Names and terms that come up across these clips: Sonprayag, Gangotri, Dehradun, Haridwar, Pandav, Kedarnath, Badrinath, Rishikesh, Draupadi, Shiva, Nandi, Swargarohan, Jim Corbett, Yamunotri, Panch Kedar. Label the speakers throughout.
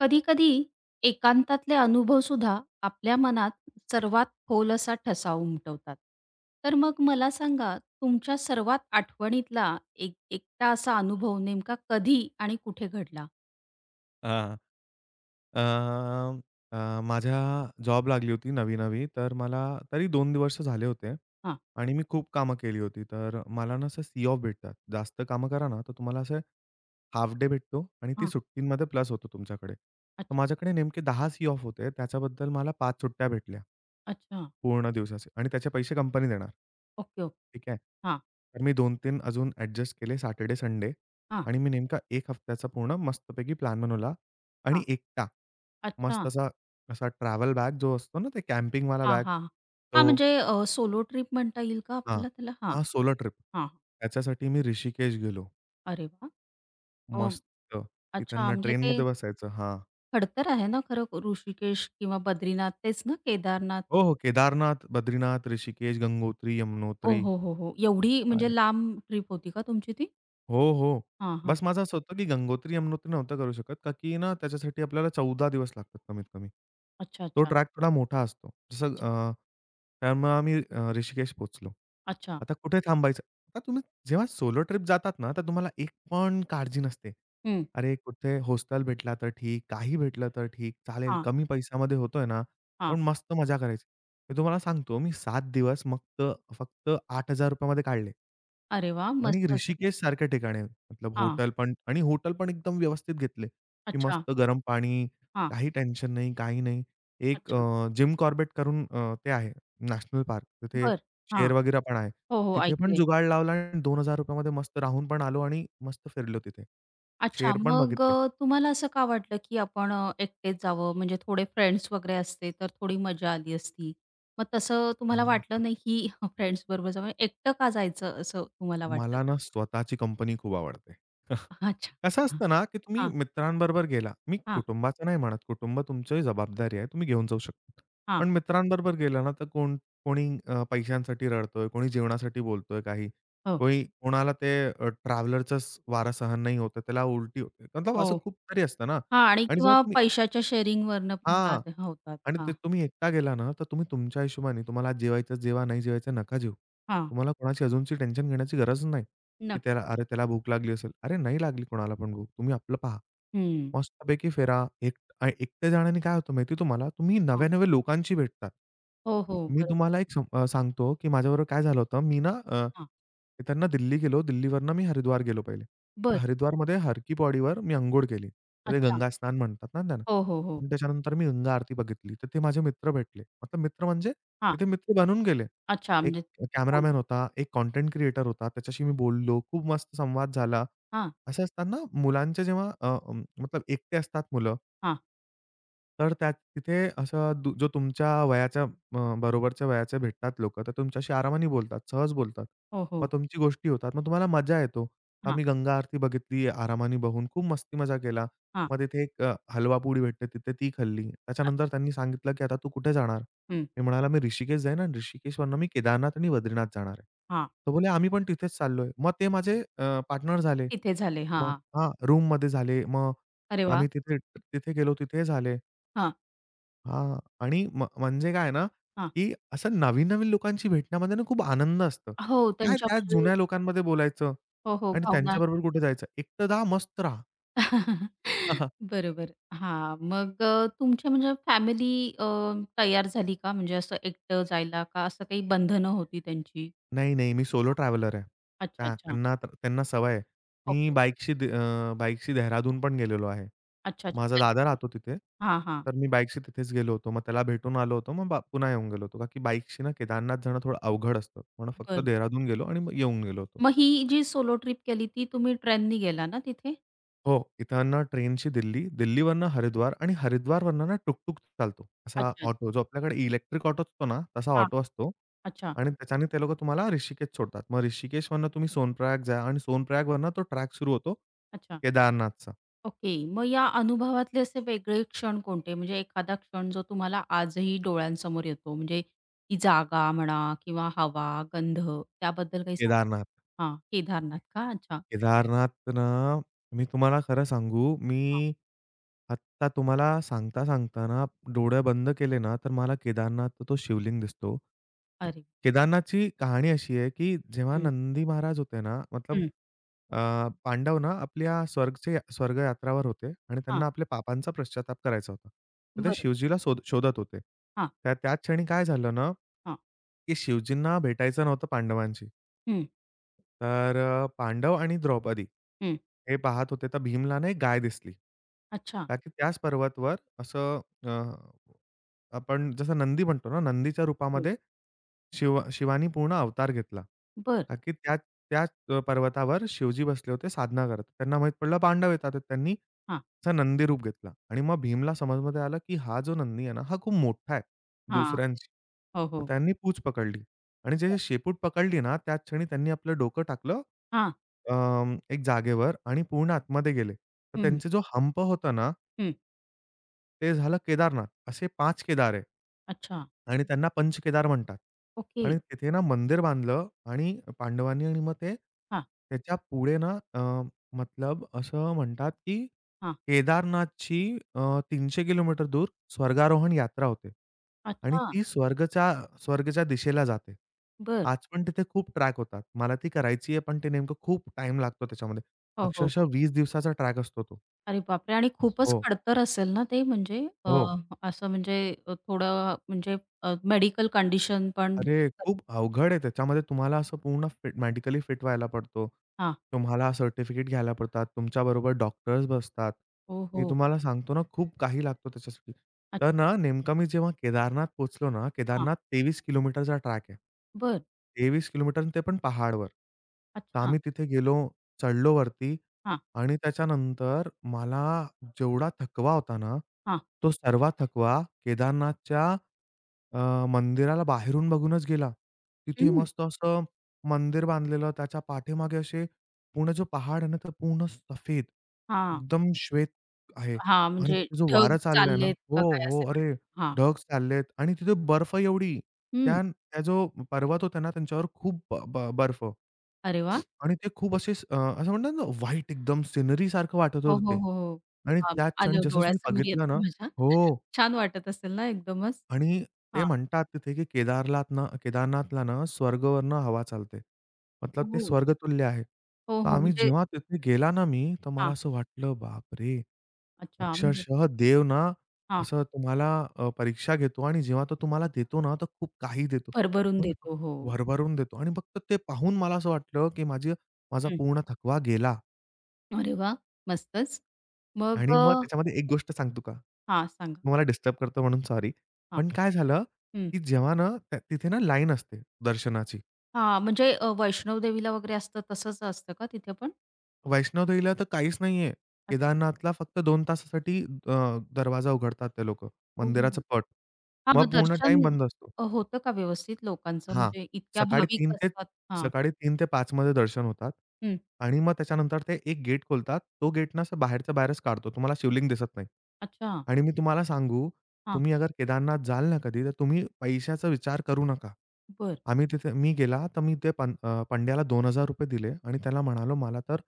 Speaker 1: कधी-कधी एकांतातले अनुभव सुद्धा आपल्या मनात सर्वात खोल असा ठसा उमटवतात. तर मग मला सांगा, तुमच्या सर्वात आठवणीतला एक एकटा असा अनुभव नेमका कधी आणि कुठे घडला?
Speaker 2: हां. अ, अ, माझ्या जॉब लागली होती नवी-नवी, तर मला तरी 2 वर्ष झाले होते
Speaker 1: हां,
Speaker 2: आणि मी खूप कामं केली होती. तर मला ना असं सी ऑफ भेटतात. जास्त कामं करा ना, तर तुम्हाला असं हाल्फ डे भेटतो आणि ती
Speaker 1: हां.
Speaker 2: सुट्टींमध्ये प्लस होतो तुमच्याकडे. तर
Speaker 1: अच्छा,
Speaker 2: माझ्याकडे नेमके 10 सी ऑफ होते. त्याच्याबद्दल मला 5 सुट्ट्या भेटल्या.
Speaker 1: अच्छा.
Speaker 2: पूर्ण दिवसाचे आणि त्याचे पैसे कंपनी देणार.
Speaker 1: Okay, okay.
Speaker 2: ठीक आहे.
Speaker 1: हां,
Speaker 2: तर मी 2-3 अजून ॲडजस्ट केले सॅटर्डे, संडे
Speaker 1: हां,
Speaker 2: आणि मी नेमका 1 हफ्त्याचा पूर्ण मस्तपैकी प्लॅन बनवला. आणि
Speaker 1: हां.
Speaker 2: एकटा.
Speaker 1: अच्छा.
Speaker 2: मस्त असा असा ट्रॅव्हल बॅग जो असतो ना, ते कॅम्पिंगवाला
Speaker 1: हां,
Speaker 2: बॅग.
Speaker 1: हां. हां,
Speaker 2: तो
Speaker 1: म्हणजे सोलो ट्रिप म्हणता येईल का
Speaker 2: हां.
Speaker 1: आपल्याला त्याला? हां,
Speaker 2: हां, सोलो ट्रिप.
Speaker 1: हां.
Speaker 2: त्याच्यासाठी मी ऋषिकेश गेलो.
Speaker 1: अरे वाह! अ,
Speaker 2: मस्त.
Speaker 1: अच्छा
Speaker 2: इथनं
Speaker 1: म्हणजे ते
Speaker 2: ट्रेनमध्ये बसायचं. हां.
Speaker 1: खडतर आहे ना खरं ऋषिकेश किंवा बद्रीनाथ तेच ना? केदारनाथ?
Speaker 2: हो, हो. केदारनाथ, बद्रीनाथ, ऋषिकेश, गंगोत्री,
Speaker 1: ओ,
Speaker 2: यमुनोत्री.
Speaker 1: हो, हो, हो. एवढी म्हणजे
Speaker 2: अरे
Speaker 1: लांब ट्रिप होती का तुमची ती?
Speaker 2: हो, हो.
Speaker 1: हां, हां.
Speaker 2: बस माझं असं होतं, की गंगोत्री-यमुनोत्री नव्हता करू शकत, का की ना त्याच्यासाठी आपल्याला 14 दिवस लागतात कमीत कमी.
Speaker 1: अच्छा,
Speaker 2: तो
Speaker 1: अच्छा,
Speaker 2: ट्रॅक थोडा मोठा असतो.
Speaker 1: अच्छा,
Speaker 2: त्यामुळे आम्ही ऋषिकेश पोहोचलो.
Speaker 1: अच्छा.
Speaker 2: आता कुठे थांबायचं? आता तुम्ही जेव्हा सोलो ट्रिप जातात ना, तर तुम्हाला एक पण काळजी नसते.
Speaker 1: हं.
Speaker 2: अरे, कुठे हॉस्टेल भेटला तर ठीक, काही भेटलं तर ठीक, चालेल
Speaker 1: हां,
Speaker 2: कमी पैशामध्ये होतोय ना,
Speaker 1: हां.
Speaker 2: पण मस्त मजा करायची. मी तुम्हाला सांगतो, मी 7 दिवस मग तर फक्त ₹8,000 मध्ये काढले.
Speaker 1: अरे वाह!
Speaker 2: आणि
Speaker 1: मस्तच.
Speaker 2: ऋषिकेशसारख्या ठिकाणी मतलब
Speaker 1: हां.
Speaker 2: हॉटेल पण आणि हॉटेल पण एकदम व्यवस्थित घेतले, की
Speaker 1: अच्छा.
Speaker 2: मस्त गरम पाणी,
Speaker 1: हां.
Speaker 2: काही टेन्शन नाही, काही नाही. एक
Speaker 1: अच्छा.
Speaker 2: जिम कॉर्बेट करून ते आहे नॅशनल पार्क. तिथे
Speaker 1: बरं. हां.
Speaker 2: शेर वगैरे पण आहे.
Speaker 1: हो, हो.
Speaker 2: तिथे पण
Speaker 1: ऐकलंय.
Speaker 2: जुगाड लावला आणि ₹2000 मध्ये मस्त राहून पण आलो आणि मस्त फिरलो तिथे.
Speaker 1: अच्छा
Speaker 2: शेर पण
Speaker 1: मग
Speaker 2: बघितले.
Speaker 1: तुम्हाला असं का वाटलं, की आपण एकटेच जावं? म्हणजे थोडे फ्रेंड्स वगैरे असते तर थोडी मजा आली असती. मग तसं तुम्हाला
Speaker 2: हां.
Speaker 1: वाटलं नाही, की फ्रेंड्स बरोबर जावं एकटं का जायचं असं तुम्हाला वाटलं?
Speaker 2: मला ना स्वतःची कंपनी खूप आवडते.
Speaker 1: अच्छा.
Speaker 2: कसं असतं ना, की तुम्ही
Speaker 1: हां,
Speaker 2: मित्रांबरोबर गेला. मी
Speaker 1: हां,
Speaker 2: कुटुंबाचं नाही म्हणत, कुटुंब तुमची जबाबदारी आहे, तुम्ही घेऊन जाऊ शकता.
Speaker 1: हां.
Speaker 2: पण मित्रांबरोबर गेला ना, तर कोण कोणी पैशांसाठी रडतोय, कोणी जेवणासाठी बोलतोय काही,
Speaker 1: हो,
Speaker 2: कोणी कोणाला ते ट्रॅव्हलरचंच वारा सहन नाही होत त्याला उलटी होते. मतलब असं
Speaker 1: हो.
Speaker 2: खूप तरी असतं ना
Speaker 1: हां आणि
Speaker 2: आणि जेव्हा
Speaker 1: किंवा
Speaker 2: तुम्ही
Speaker 1: पैशाच्या शेअरिंगवरनं पण
Speaker 2: हां.
Speaker 1: वाद होतात.
Speaker 2: आणि
Speaker 1: हां,
Speaker 2: ते तुम्ही एकटा गेला ना, तर तुम्ही तुमच्या हिशोबाने तुम्हाला आज जेवायचं जेवा, नाही जेवायचं नका जेवू.
Speaker 1: हां.
Speaker 2: तुम्हाला कोणाची अजूनची टेन्शन घेण्याची गरज नाही, की त्याला
Speaker 1: नक्की.
Speaker 2: अरे, त्याला भूक लागली असेल. अरे, नाही लागली कोणाला पण भूक. तुम्ही आपलं पहा.
Speaker 1: हं.
Speaker 2: मस्तपैकी फिरा. एकट्या जाण्याने काय होतं माहिती तुम्हाला? तुम्ही
Speaker 1: हां.
Speaker 2: नव्या-नव्या लोकांशी भेटतात.
Speaker 1: हो, हो.
Speaker 2: मी
Speaker 1: बरोबर.
Speaker 2: तुम्हाला सांगतो, की माझ्याबरोबर काय झालं होतं.
Speaker 1: हां.
Speaker 2: इकडनं दिल्ली गेलो. दिल्लीवरनं मी हरिद्वार गेलो पहिले. तर
Speaker 1: बरं.
Speaker 2: हरिद्वारमध्ये हर पौडीवर मी अंघोळ केली. ते
Speaker 1: अच्छा.
Speaker 2: गंगा स्नान म्हणतात ना त्यांना.
Speaker 1: हो, हो, हो.
Speaker 2: आणि त्याच्यानंतर मी गंगा आरती बघितली. तर ते माझे मित्र भेटले. मतलब मित्र म्हणजे
Speaker 1: हां.
Speaker 2: तिथे मित्र बनून गेले.
Speaker 1: अच्छा
Speaker 2: एक
Speaker 1: म्हणजे बोल
Speaker 2: कॅमेरामॅन होता, एक कंटेंट क्रिएटर होता. त्याच्याशी मी बोललो. खूप मस्त संवाद झाला.
Speaker 1: हां,
Speaker 2: असे असतात ना मुलांचे जेव्हा मतलब एकटे असतात मुलं.
Speaker 1: हां.
Speaker 2: तर त्या तिथे असं दु जो तुमच्या वयाच्या बरोबरच्या वयाचे भेटतात लोक तर तुमच्याशी आरामाने बोलतात, सहज बोलतात.
Speaker 1: हो,
Speaker 2: मग
Speaker 1: हो.
Speaker 2: तुमची गोष्टी होतात. मग तुम्हाला मजा येतो.
Speaker 1: हां,
Speaker 2: आम्ही गंगा आरती बघितली आरामाने बघून. खूप मस्ती मजा केला.
Speaker 1: हां.
Speaker 2: मग तिथे एक हलवा हलवापुरी भेटते तिथे ती खाल्ली.
Speaker 1: अ,
Speaker 2: त्याच्यानंतर त्यांनी सांगितलं, की "आता तू कुठे जाणार?"
Speaker 1: हं.
Speaker 2: मी म्हणाला, "मी ऋषिकेश जाईन आणि ऋषिकेशवरनं मी केदारनाथ आणि बद्रीनाथ जाणार आहे."
Speaker 1: हां.
Speaker 2: तो बोलले, "आम्ही पण तिथेच चाललोय." मग ते माझे पार्टनर झाले.
Speaker 1: तिथे झाले. हां,
Speaker 2: मग
Speaker 1: हां.
Speaker 2: हां, रूममध्ये झाले. मग
Speaker 1: अरे वाह!
Speaker 2: आम्ही तिथे तिथे गेलो तिथे झाले.
Speaker 1: हां,
Speaker 2: हां. आणि म्हणजे काय आहे ना,
Speaker 1: हां.
Speaker 2: की असं नवीन-नवीन लोकांशी भेटण्यामध्ये ना खूप आनंद असतं.
Speaker 1: हो
Speaker 2: काय
Speaker 1: त्यांच्या
Speaker 2: त्या
Speaker 1: म्हणजे
Speaker 2: जुन्या लोकांमध्ये बोलायचं
Speaker 1: हो, हो.
Speaker 2: आणि
Speaker 1: भावना
Speaker 2: त्यांच्याबरोबर कुठे जायचं. एकटं जा, मस्त राहा. हां, हां.
Speaker 1: बरोबर. हां. मग तुमच्या म्हणजे फॅमिली तयार झाली का? म्हणजे असं एकटं जायला का असं काही बंधनं होती त्यांची?
Speaker 2: नाही, नाही मी सोलो ट्रॅव्हलर आहे.
Speaker 1: अच्छा,
Speaker 2: त्या
Speaker 1: अच्छा.
Speaker 2: त्यांना त्यांना सवय आहे. मी
Speaker 1: ओके.
Speaker 2: बाईकशी द अ, बाईकशी देहरादून पण गेलेलो आहे.
Speaker 1: अच्छा, अच्छा.
Speaker 2: माझा
Speaker 1: पायी.
Speaker 2: दादा राहतो तिथे.
Speaker 1: हां, हां.
Speaker 2: तर मी बाईकशी तिथेच गेलो होतो. मग त्याला भेटून आलो होतो. मग पुन्हा येऊन गेलो होतो. का की बाईकशी ना केदारनाथ जाणं थोडं अवघड असतं. म्हणून फक्त
Speaker 1: बरं.
Speaker 2: देहरादून गेलो आणि मग येऊन गेलो होतो.
Speaker 1: मग ही जी सोलो ट्रिप केली ती तुम्ही ट्रेननी गेला ना तिथे?
Speaker 2: हो. इथनं ट्रेनची दिल्ली, दिल्लीवरनं हरिद्वार आणि हरिद्वारवरनं ना टुकटुक चालतो.
Speaker 1: अच्छा,
Speaker 2: असा
Speaker 1: अच्छा.
Speaker 2: ऑटो जो आपल्याकडे इलेक्ट्रिक ऑटो असतो ना, तसा
Speaker 1: हां,
Speaker 2: ऑटो
Speaker 1: हां.
Speaker 2: असतो
Speaker 1: अच्छा,
Speaker 2: आणि त्याच्याने ते लोकं तुम्हाला ऋषिकेश सोडतात. मग ऋषिकेशवरनं तुम्ही सोनप्रयाग जा आणि सोनप्रयागवरनं तो ट्रॅक सुरू होतो
Speaker 1: अच्छा.
Speaker 2: केदारनाथचा.
Speaker 1: ओके. मग या अनुभवातले असे वेगळे क्षण कोणते? म्हणजे एखादा क्षण जो तुम्हाला आजही डोळ्यांसमोर येतो म्हणजे ती जागा म्हणा किंवा हवा, गंध त्याबद्दल काही
Speaker 2: केदारनाथ.
Speaker 1: सांगू हां, केदारनाथ का? अच्छा.
Speaker 2: केदारनाथ ना, मी तुम्हाला खरं सांगू, मी
Speaker 1: हां.
Speaker 2: आत्ता तुम्हाला सांगता-सांगता डोळे बंद केले ना, तर मला केदारनाथ तो शिवलिंग दिसतो.
Speaker 1: अरे!
Speaker 2: केदारनाथची कहाणी अशी आहे, की जेव्हा
Speaker 1: हं,
Speaker 2: नंदी महाराज होते ना, मतलब
Speaker 1: हं.
Speaker 2: अ, पांडव ना आपल्या स्वर्गयात्रावर होते आणि
Speaker 1: हां.
Speaker 2: त्यांना आपल्या पापांचा पश्चाताप करायचा होता. तर ते
Speaker 1: बरं.
Speaker 2: शिवजीला शोधत होते.
Speaker 1: हां,
Speaker 2: त्याच क्षणी काय झालं ना, की
Speaker 1: हां.
Speaker 2: शिवजींना भेटायचं नव्हतं पांडवांशी.
Speaker 1: हं,
Speaker 2: तर पांडव आणि द्रौपदी
Speaker 1: हं.
Speaker 2: हे पाहत होते, तर भीमला ना एक गाय दिसली.
Speaker 1: अच्छा.
Speaker 2: का की त्याच पर्वतवर असं आपण जसं नंदी म्हणतो ना, नंदीच्या
Speaker 1: हं.
Speaker 2: रूपामध्ये शिवानी पूर्ण अवतार घेतला.
Speaker 1: बरं.
Speaker 2: का की त्याच त्याच अ, पर्वतावर शिवजी बसले होते साधना करत. त्यांना माहीत पडलं पांडव येतात आहेत. त्यांनी
Speaker 1: हां,
Speaker 2: असं नंदी रूप घेतला आणि मग भीमला समजमध्ये आलं, की हा जो नंदी आहे ना, हा खूप मोठा आहे
Speaker 1: हां.
Speaker 2: दुसऱ्यांशी.
Speaker 1: हो,
Speaker 2: तर
Speaker 1: हो.
Speaker 2: त्यांनी पूच पकडली आणि जे
Speaker 1: बरं.
Speaker 2: शेपूट पकडली ना, त्याच क्षणी त्यांनी आपलं डोकं टाकलं
Speaker 1: हां.
Speaker 2: अ, एक जागेवर आणि पूर्ण आतमध्ये गेले. तर
Speaker 1: हं.
Speaker 2: त्यांचा जो हंप होता ना
Speaker 1: हं,
Speaker 2: ते झालं केदारनाथ. असे 5 केदार आहे.
Speaker 1: अच्छा.
Speaker 2: आणि त्यांना पंचकेदार म्हणतात.
Speaker 1: ओके.
Speaker 2: आणि तिथे ना मंदिर बांधलं आणि पांडवांनी आणि मग ते
Speaker 1: हां,
Speaker 2: त्याच्या पुढे ना मतलब असं म्हणतात, की
Speaker 1: हां.
Speaker 2: केदारनाथची अ, 300 किलोमीटर दूर स्वर्गारोहण यात्रा होते. आणि
Speaker 1: अच्छा.
Speaker 2: ती स्वर्गच्या स्वर्गच्या दिशेला जाते.
Speaker 1: बरं.
Speaker 2: आज पण तिथे खूप ट्रॅक होतात. मला ती करायची आहे, पण ते नेमकं खूप टाईम लागतो त्याच्यामध्ये.
Speaker 1: हो, हो,
Speaker 2: अक्षरशः
Speaker 1: हो.
Speaker 2: 20 दिवसाचा ट्रॅक असतो तो.
Speaker 1: अरे बापरे! आणि खूपच
Speaker 2: हो,
Speaker 1: खडतर असेल ना ते म्हणजे अ,
Speaker 2: हो.
Speaker 1: असं म्हणजे थोडं म्हणजे मेडिकल कंडिशन पण चेक
Speaker 2: अरे,
Speaker 1: कर
Speaker 2: खूप अवघड आहे. त्याच्यामध्ये तुम्हाला असं पूर्ण फिट मेडिकली फिट व्हायला पडतो.
Speaker 1: हां.
Speaker 2: तुम्हाला सर्टिफिकेट घ्यायला पडतात. तुमच्याबरोबर डॉक्टर्स बसतात.
Speaker 1: हो,
Speaker 2: मी
Speaker 1: हो.
Speaker 2: तुम्हाला सांगतो ना, खूप काही लागतो त्याच्यासाठी.
Speaker 1: अच्छा.
Speaker 2: तर ना, नेमकं मी जेव्हा केदारनाथ पोहोचलो ना,
Speaker 1: हां.
Speaker 2: केदारनाथ 23 किलोमीटरचा ट्रॅक आहे.
Speaker 1: बरं.
Speaker 2: 23 किलोमीटर ते पण पहाडवर. तर
Speaker 1: अच्छा.
Speaker 2: आम्ही तिथे गेलो, चढलो वरती
Speaker 1: हां,
Speaker 2: आणि त्याच्यानंतर मला जेवढा थकवा होता ना,
Speaker 1: हां.
Speaker 2: तो सर्व थकवा केदारनाथच्या अ, मंदिराला बाहेरून बघूनच गेला. तिथे
Speaker 1: हं.
Speaker 2: मस्त असं मंदिर बांधलेलं. त्याच्या पाठीमागे असे पूर्ण जो पहाड आहे ना, तर पूर्ण सफेद,
Speaker 1: हां,
Speaker 2: एकदम श्वेत आहे.
Speaker 1: हां.
Speaker 2: आणि
Speaker 1: म्हणजे
Speaker 2: तिथे जो
Speaker 1: ढग
Speaker 2: वारा चाललाय ना
Speaker 1: चाललेत
Speaker 2: हो,
Speaker 1: का काय
Speaker 2: हो.
Speaker 1: असे
Speaker 2: अरे,
Speaker 1: वाटत. हां.
Speaker 2: ढग चाललेत आणि तिथे बर्फ एवढी.
Speaker 1: हं.
Speaker 2: त्या त्या जो पर्वत होता ना, त्यांच्यावर खूप ब ब बर्फ
Speaker 1: अरे वाह!
Speaker 2: आणि ते खूप असं म्हणतात ना, व्हाईट एकदम सिनरी सारखं वाटत
Speaker 1: हो,
Speaker 2: होतं
Speaker 1: हो,
Speaker 2: ते.
Speaker 1: हो, हो.
Speaker 2: आणि
Speaker 1: हां,
Speaker 2: त्याच क्षणी
Speaker 1: आलं
Speaker 2: जसंच मी
Speaker 1: डोळ्यासमोर
Speaker 2: बघितलं ना
Speaker 1: येतंय माझ्या.
Speaker 2: हो.
Speaker 1: छान वाटत असेल ना एकदमच?
Speaker 2: आणि
Speaker 1: हां.
Speaker 2: ते म्हणतात तिथे, की केदारनाथला केदारनाथला ना स्वर्गवरनं हवा चालते. मतलब ते
Speaker 1: हो.
Speaker 2: स्वर्गतुल्य आहे.
Speaker 1: हो,
Speaker 2: तर
Speaker 1: हो.
Speaker 2: आम्ही
Speaker 1: म्हणजे
Speaker 2: जेव्हा तिथे गेला ना मी, तर मला
Speaker 1: हां.
Speaker 2: असं वाटलं, बापरे!
Speaker 1: अच्छा, म्हणजे
Speaker 2: अक्षरशः देव ना
Speaker 1: हां,
Speaker 2: असं तुम्हाला परीक्षा घेतो आणि जेव्हा तो तुम्हाला देतो ना, तर खूप काही देतो.
Speaker 1: भरभरून
Speaker 2: आणि
Speaker 1: देतो. हो.
Speaker 2: भरभरून देतो आणि फक्त ते पाहून मला असं वाटलं, की माझा
Speaker 1: हं.
Speaker 2: पूर्ण थकवा गेला
Speaker 1: अरे वाह! मस्तच. मग
Speaker 2: आणि मग त्याच्यामध्ये एक गोष्ट सांगतो का?
Speaker 1: हां, सांगा.
Speaker 2: तुम्हाला डिस्टर्ब करतो म्हणून सॉरी.
Speaker 1: हां.
Speaker 2: पण काय झालं,
Speaker 1: हं.
Speaker 2: की जेव्हा ना तिथे ना लाईन असते दर्शनाची.
Speaker 1: हां, म्हणजे वैष्णव देवीला वगैरे असतं तसंच असतं का तिथे पण?
Speaker 2: वैष्णोदेवीला तर काहीच नाहीये.
Speaker 1: अच्छा.
Speaker 2: केदारनाथला फक्त दोन तासासाठी दरवाजा उघडतात ते लोक,
Speaker 1: हो, हो,
Speaker 2: मंदिराचं
Speaker 1: हो.
Speaker 2: पट.
Speaker 1: हां,
Speaker 2: मग
Speaker 1: मग
Speaker 2: पूर्ण टाइम
Speaker 1: दर्शन
Speaker 2: बंद असतो.
Speaker 1: होतं का व्यवस्थित लोकांचं?
Speaker 2: हां.
Speaker 1: म्हणजे इतक्या
Speaker 2: सकाळी 3
Speaker 1: भाविक
Speaker 2: ते
Speaker 1: असतात हां.
Speaker 2: सकाळी 3 ते 5 मध्ये दर्शन होतात
Speaker 1: हं.
Speaker 2: आणि मग त्याच्यानंतर ते एक गेट खोलतात. तो गेट ना असं बाहेरच्या बाहेरच काढतो. तुम्हाला शिवलिंग दिसत नाही.
Speaker 1: अच्छा.
Speaker 2: आणि मी तुम्हाला सांगू,
Speaker 1: हां,
Speaker 2: तुम्ही अगर केदारनाथ जाल ना कधी, तर तुम्ही पैशाचा विचार करू नका.
Speaker 1: बरं.
Speaker 2: आम्ही तिथे मी गेला, तर मी ते पंड्याला ₹2000 दिले आणि त्याला म्हणालो, "मला तर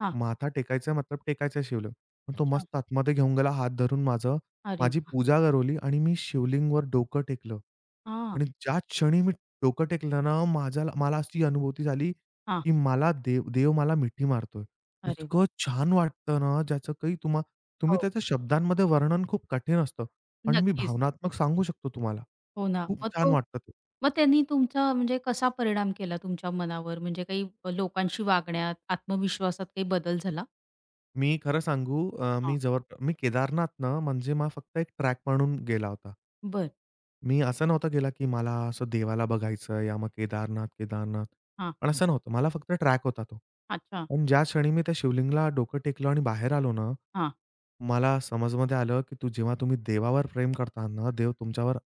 Speaker 1: हां.
Speaker 2: माथा टेकायचा मतलब टेकायचं आहे शिवलिंग." पण तो
Speaker 1: अच्छा.
Speaker 2: मस्त आतमध्ये घेऊन गेला हात धरून माझं.
Speaker 1: अरे
Speaker 2: माझी
Speaker 1: वाह!
Speaker 2: पूजा करवली आणि मी शिवलिंगवर डोकं टेकलं.
Speaker 1: हां,
Speaker 2: आणि ज्या क्षणी मी डोकं टेकलं ना, मला अशी अनुभूती झाली,
Speaker 1: हां.
Speaker 2: की मला देव देव मला मिठी मारतोय.
Speaker 1: अरे
Speaker 2: इतकं
Speaker 1: वाह!
Speaker 2: छान वाटतं ना, ज्याचं काही तुम्ही
Speaker 1: हो,
Speaker 2: त्याच्या शब्दांमध्ये वर्णन खूप कठीण असतं. पण मी
Speaker 1: नक्कीच.
Speaker 2: भावनात्मक सांगू शकतो तुम्हाला.
Speaker 1: हो ना.
Speaker 2: खूप
Speaker 1: मग
Speaker 2: छान
Speaker 1: तो
Speaker 2: वाटतं ते.
Speaker 1: मग त्यांनी तुमचा म्हणजे कसा परिणाम केला तुमच्या मनावर? म्हणजे काही लोकांशी वागण्यात, आत्मविश्वासात काही बदल झाला?
Speaker 2: मी खरं सांगू
Speaker 1: हां.
Speaker 2: मी मी केदारनाथनं म्हणजे मला फक्त एक ट्रॅक म्हणून गेला होता.
Speaker 1: बरं.
Speaker 2: मी असं नव्हतं गेला, की मला असं देवाला बघायचं या मग केदारनाथ.
Speaker 1: हां.
Speaker 2: पण असं नव्हतं. मला फक्त ट्रॅक होता तो.
Speaker 1: अच्छा.
Speaker 2: पण ज्या क्षणी मी त्या शिवलिंगला डोकं टेकलं आणि बाहेर आलो ना,
Speaker 1: हां.
Speaker 2: मला समजमध्ये आलं, की जेव्हा तुम्ही देवावर प्रेम करता ना, देव तुमच्यावर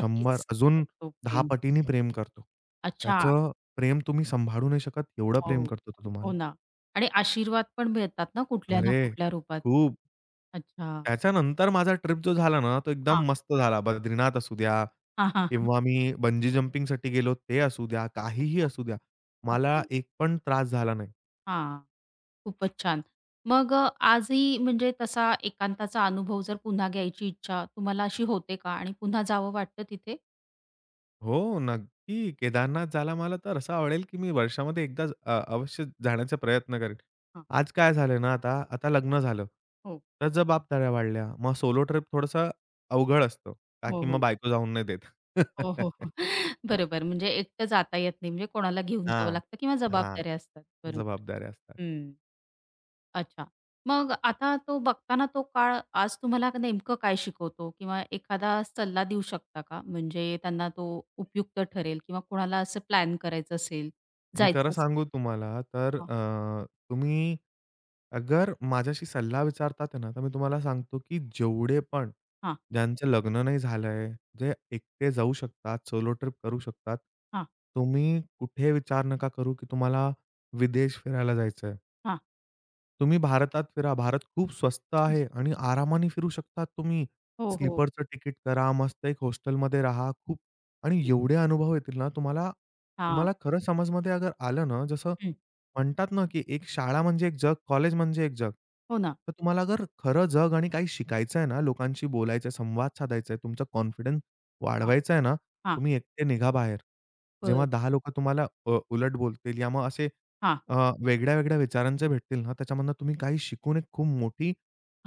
Speaker 2: 100 अजून
Speaker 1: करतो
Speaker 2: 10
Speaker 1: प्रेम.
Speaker 2: पटींनी प्रेम करतो.
Speaker 1: अच्छा.
Speaker 2: त्याचं प्रेम तुम्ही सांभाळू नाही शकत एवढं प्रेम
Speaker 1: हो.
Speaker 2: करतो तो तुम्हाला.
Speaker 1: हो ना. आणि आशीर्वाद पण मिळतात ना कुठल्या ना
Speaker 2: अरे!
Speaker 1: कुठल्या रूपात.
Speaker 2: खूप.
Speaker 1: अच्छा.
Speaker 2: त्याच्यानंतर माझा ट्रिप जो झाला ना, तो
Speaker 1: हां.
Speaker 2: एकदम मस्त झाला. बद्रीनाथ असू द्या
Speaker 1: हां, हां, हां.
Speaker 2: किंवा मी बंजी जंपिंगसाठी गेलो ते असू द्या, काहीही
Speaker 1: अच्छा.
Speaker 2: असू द्या. मला
Speaker 1: ओके.
Speaker 2: एक पण त्रास झाला नाही.
Speaker 1: हां. खूपच छान. मग आजही म्हणजे तसा एकांताचा अनुभव जर पुन्हा घ्यायची इच्छा तुम्हाला अशी होते का आणि पुन्हा जावं वाटतं तिथे?
Speaker 2: हो, नक्की. केदारनाथ झाला मला तर असं आवडेल, की मी वर्षामध्ये एकदा अवश्य जाण्याचा प्रयत्न करेन.
Speaker 1: हां.
Speaker 2: आज काय झालं ना आता, आता लग्न झालं,
Speaker 1: हो.
Speaker 2: तर जबाबदाऱ्या वाढल्या. मग सोलो ट्रिप थोडंसं अवघड असतं, का
Speaker 1: हो,
Speaker 2: की मग
Speaker 1: हो.
Speaker 2: बायको जाऊन नाही देत.
Speaker 1: हो, हो, हो. बरोबर. म्हणजे एकटं जाता येत नाही. म्हणजे कोणाला घेऊन जावं
Speaker 2: हां.
Speaker 1: लागतं किंवा
Speaker 2: हां.
Speaker 1: जबाबदाऱ्या असतात. बरोबर.
Speaker 2: जबाबदाऱ्या असतात.
Speaker 1: हं. अच्छा. मग आता तो बघताना तो काळ आज तुम्हाला नेमकं काय शिकवतो किंवा एखादा सल्ला देऊ शकता का? म्हणजे त्यांना तो उपयुक्त ठरेल किंवा कोणाला असं प्लॅन करायचं असेल,
Speaker 2: मी खरं
Speaker 1: जायचं असेल?
Speaker 2: सांगू तुम्हाला तर
Speaker 1: हां,
Speaker 2: तुम्ही अगर माझ्याशी सल्ला विचारतात आहे ना, तर मी तुम्हाला सांगतो, की जेवढे पण
Speaker 1: हां,
Speaker 2: ज्यांचं लग्न नाही झालंय, जे एकटे जाऊ शकतात, सोलो ट्रिप करू शकतात.
Speaker 1: हां,
Speaker 2: तुम्ही कुठे विचार नका करू, की तुम्हाला विदेश फिरायला जायचंय.
Speaker 1: हां.
Speaker 2: तुम्ही भारतात फिरा. भारत खूप स्वस्त आहे आणि आरामाने फिरू शकतात तुम्ही.
Speaker 1: हो, हो.
Speaker 2: स्लीपरचं तिकीट करा, मस्त एक हॉस्टेलमध्ये राहा. खूप आणि
Speaker 1: हं.
Speaker 2: एवढे अनुभव येतील ना तुम्हाला,
Speaker 1: हां.
Speaker 2: तुम्हाला खरं समजमध्ये अगर आलं ना, जसं
Speaker 1: हं.
Speaker 2: म्हणतात ना, की एक शाळा म्हणजे एक जग, कॉलेज म्हणजे एक जग.
Speaker 1: हो ना.
Speaker 2: तर तुम्हाला अगर खरं जग आणि काही शिकायचं आहे ना, लोकांशी बोलायचं संवाद साधायचा आहे, तुमचा कॉन्फिडन्स
Speaker 1: हां,
Speaker 2: वाढवायचा आहे ना,
Speaker 1: हां.
Speaker 2: तुम्ही एकटे निघा बाहेर. जेव्हा
Speaker 1: बरं.
Speaker 2: 10 लोकं तुम्हाला उलट बोलतील या मग असे
Speaker 1: हां,
Speaker 2: अ, वेगळ्या-वेगळ्या विचारांचे भेटतील ना, त्याच्यामधनं तुम्ही काही शिकून एक खूप मोठी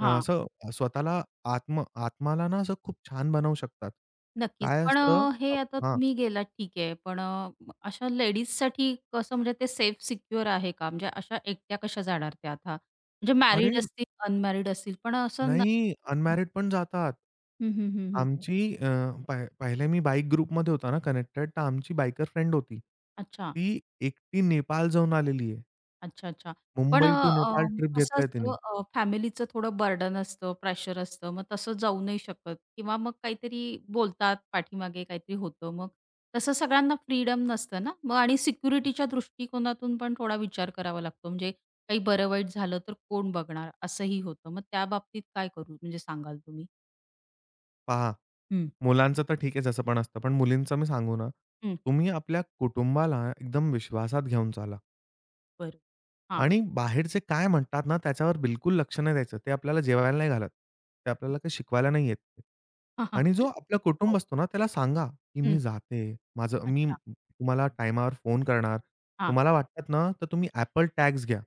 Speaker 2: अ, असं स्वतःला आत्माला ना असं खूप छान बनवू शकतात.
Speaker 1: नक्कीच.
Speaker 2: काय
Speaker 1: पण
Speaker 2: असतं
Speaker 1: हे आता
Speaker 2: हां.
Speaker 1: तुम्ही गेलात ठीक आहे. पण अशा लेडीजसाठी कसं म्हणजे ते सेफ सिक्युअर आहे का? म्हणजे अशा एकट्या कशा जाणार त्या आता? म्हणजे मॅरिड
Speaker 2: अरे
Speaker 1: असतील, अनमॅरिड असतील पण असं ना
Speaker 2: नाही, अनमॅरिड पण जातात.
Speaker 1: हं, हं, हं, हं.
Speaker 2: आमची अ, पहिले मी बाईक ग्रुपमध्ये होता ना कनेक्टेड, तर आमची बायकर फ्रेंड होती.
Speaker 1: अच्छा.
Speaker 2: ती एकटी नेपाळ जाऊन आलेली आहे.
Speaker 1: अच्छा, अच्छा. पण अ,
Speaker 2: Mumbai to
Speaker 1: uh,
Speaker 2: Nepal trip
Speaker 1: कसं
Speaker 2: घेतलाय तिनी.
Speaker 1: असतं फॅमिलीचं थोडं बर्डन असतं, प्रेशर असतं. मग तसं जाऊ नाही शकत किंवा मग काहीतरी बोलतात पाठीमागे काहीतरी होतं. मग तसं सगळ्यांना फ्रीडम नसतं ना? मग आणि सिक्युरिटीच्या दृष्टिकोनातून पण थोडा विचार करावा लागतो. म्हणजे काही बरं वाईट झालं तर कोण बघणार असंही होतं. मग त्या बाबतीत काय करू म्हणजे सांगाल तुम्ही?
Speaker 2: पहा.
Speaker 1: हं.
Speaker 2: मुलांचं तर ठीक आहे जसं पण असतं. पण मुलींचं मी सांगू ना,
Speaker 1: हं,
Speaker 2: तुम्ही आपल्या कुटुंबाला एकदम विश्वासात घेऊन चाला.
Speaker 1: बरं. हां.
Speaker 2: आणि बाहेरचे काय म्हणतात ना, त्याच्यावर बिलकुल लक्ष नाही द्यायचं. ते आपल्याला जेवायला नाही घालत. ते आपल्याला काही शिकवायला नाही येत.
Speaker 1: हां हां
Speaker 2: आणि जो आपलं
Speaker 1: हो.
Speaker 2: कुटुंब असतो ना, त्याला सांगा, की "मी
Speaker 1: हं.
Speaker 2: जाते. माझं मी
Speaker 1: अच्छा.
Speaker 2: तुम्हाला टाईमावर फोन करणार.
Speaker 1: हां.
Speaker 2: तुम्हाला वाटतात ना, तर तुम्ही Apple टॅग्स घ्या.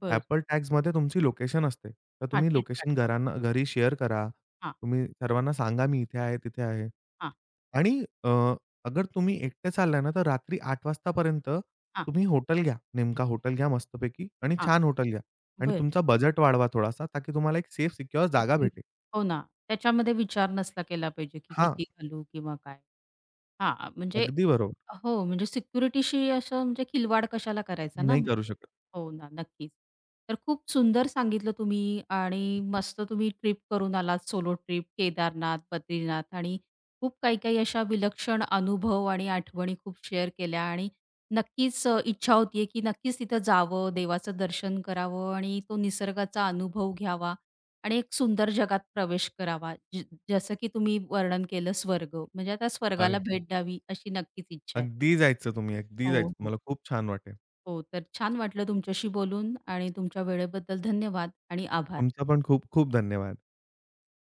Speaker 1: बरं.
Speaker 2: Apple टॅग्समध्ये तुमची लोकेशन असते. तर
Speaker 1: हां.
Speaker 2: तुम्ही
Speaker 1: ठीक
Speaker 2: लोकेशन
Speaker 1: राहतात.
Speaker 2: घरांना घरी शेअर करा.
Speaker 1: हां,
Speaker 2: तुम्ही सर्वांना सांगा, मी इथे आहे, तिथे आहे."
Speaker 1: हां,
Speaker 2: आणि अगर तुम्ही एकटे चाललाय ना, तर रात्री 8:00 वाजतापर्यंत
Speaker 1: हां,
Speaker 2: तुम्ही हॉटेल घ्या. नेमका हॉटेल घ्या मस्तपैकी आणि
Speaker 1: हां.
Speaker 2: छान हॉटेल घ्या आणि
Speaker 1: बरं.
Speaker 2: तुमचा बजेट वाढवा थोडासा, ताकी तुम्हाला एक सेफ सिक्युअर जागा
Speaker 1: सिक्युर
Speaker 2: भेटेल.
Speaker 1: हो ना. त्याच्यामध्ये विचार नसला केला पाहिजे, की
Speaker 2: हां,
Speaker 1: किती घालू किंवा काय? हां, म्हणजे
Speaker 2: अगदी बरोबर.
Speaker 1: हो, म्हणजे सिक्युरिटीशी असं म्हणजे खिलवाड कशाला करायचा ना हं.
Speaker 2: नाही करू
Speaker 1: म्हणजे.
Speaker 2: शकत.
Speaker 1: हो ना, नक्कीच. तर खूप सुंदर सांगितलं तुम्ही आणि मस्त तुम्ही ट्रिप करून आलात, सोलो ट्रिप केदारनाथ, बद्रीनाथ आणि खूप काही-काही अशा विलक्षण अनुभव आणि आठवणी खूप शेअर केल्या आणि नक्कीच इच्छा होतीये, की नक्कीच तिथं जावं, देवाचं दर्शन करावं आणि तो निसर्गाचा अनुभव घ्यावा आणि एक सुंदर जगात प्रवेश करावा. जसं की तुम्ही वर्णन केलं स्वर्ग, म्हणजे आता स्वर्गाला
Speaker 2: अरे,
Speaker 1: भेट द्यावी अशी नक्कीच इच्छा आहे.
Speaker 2: अगदी जायचं तुम्ही, अगदी
Speaker 1: हो,
Speaker 2: जायचं.
Speaker 1: हो.
Speaker 2: मला खूप छान वाटेल.
Speaker 1: हो, तर छान वाटलं तुमच्याशी बोलून आणि तुमच्या वेळेबद्दल धन्यवाद आणि आभार.
Speaker 2: तुमचा पण खूप खूप धन्यवाद.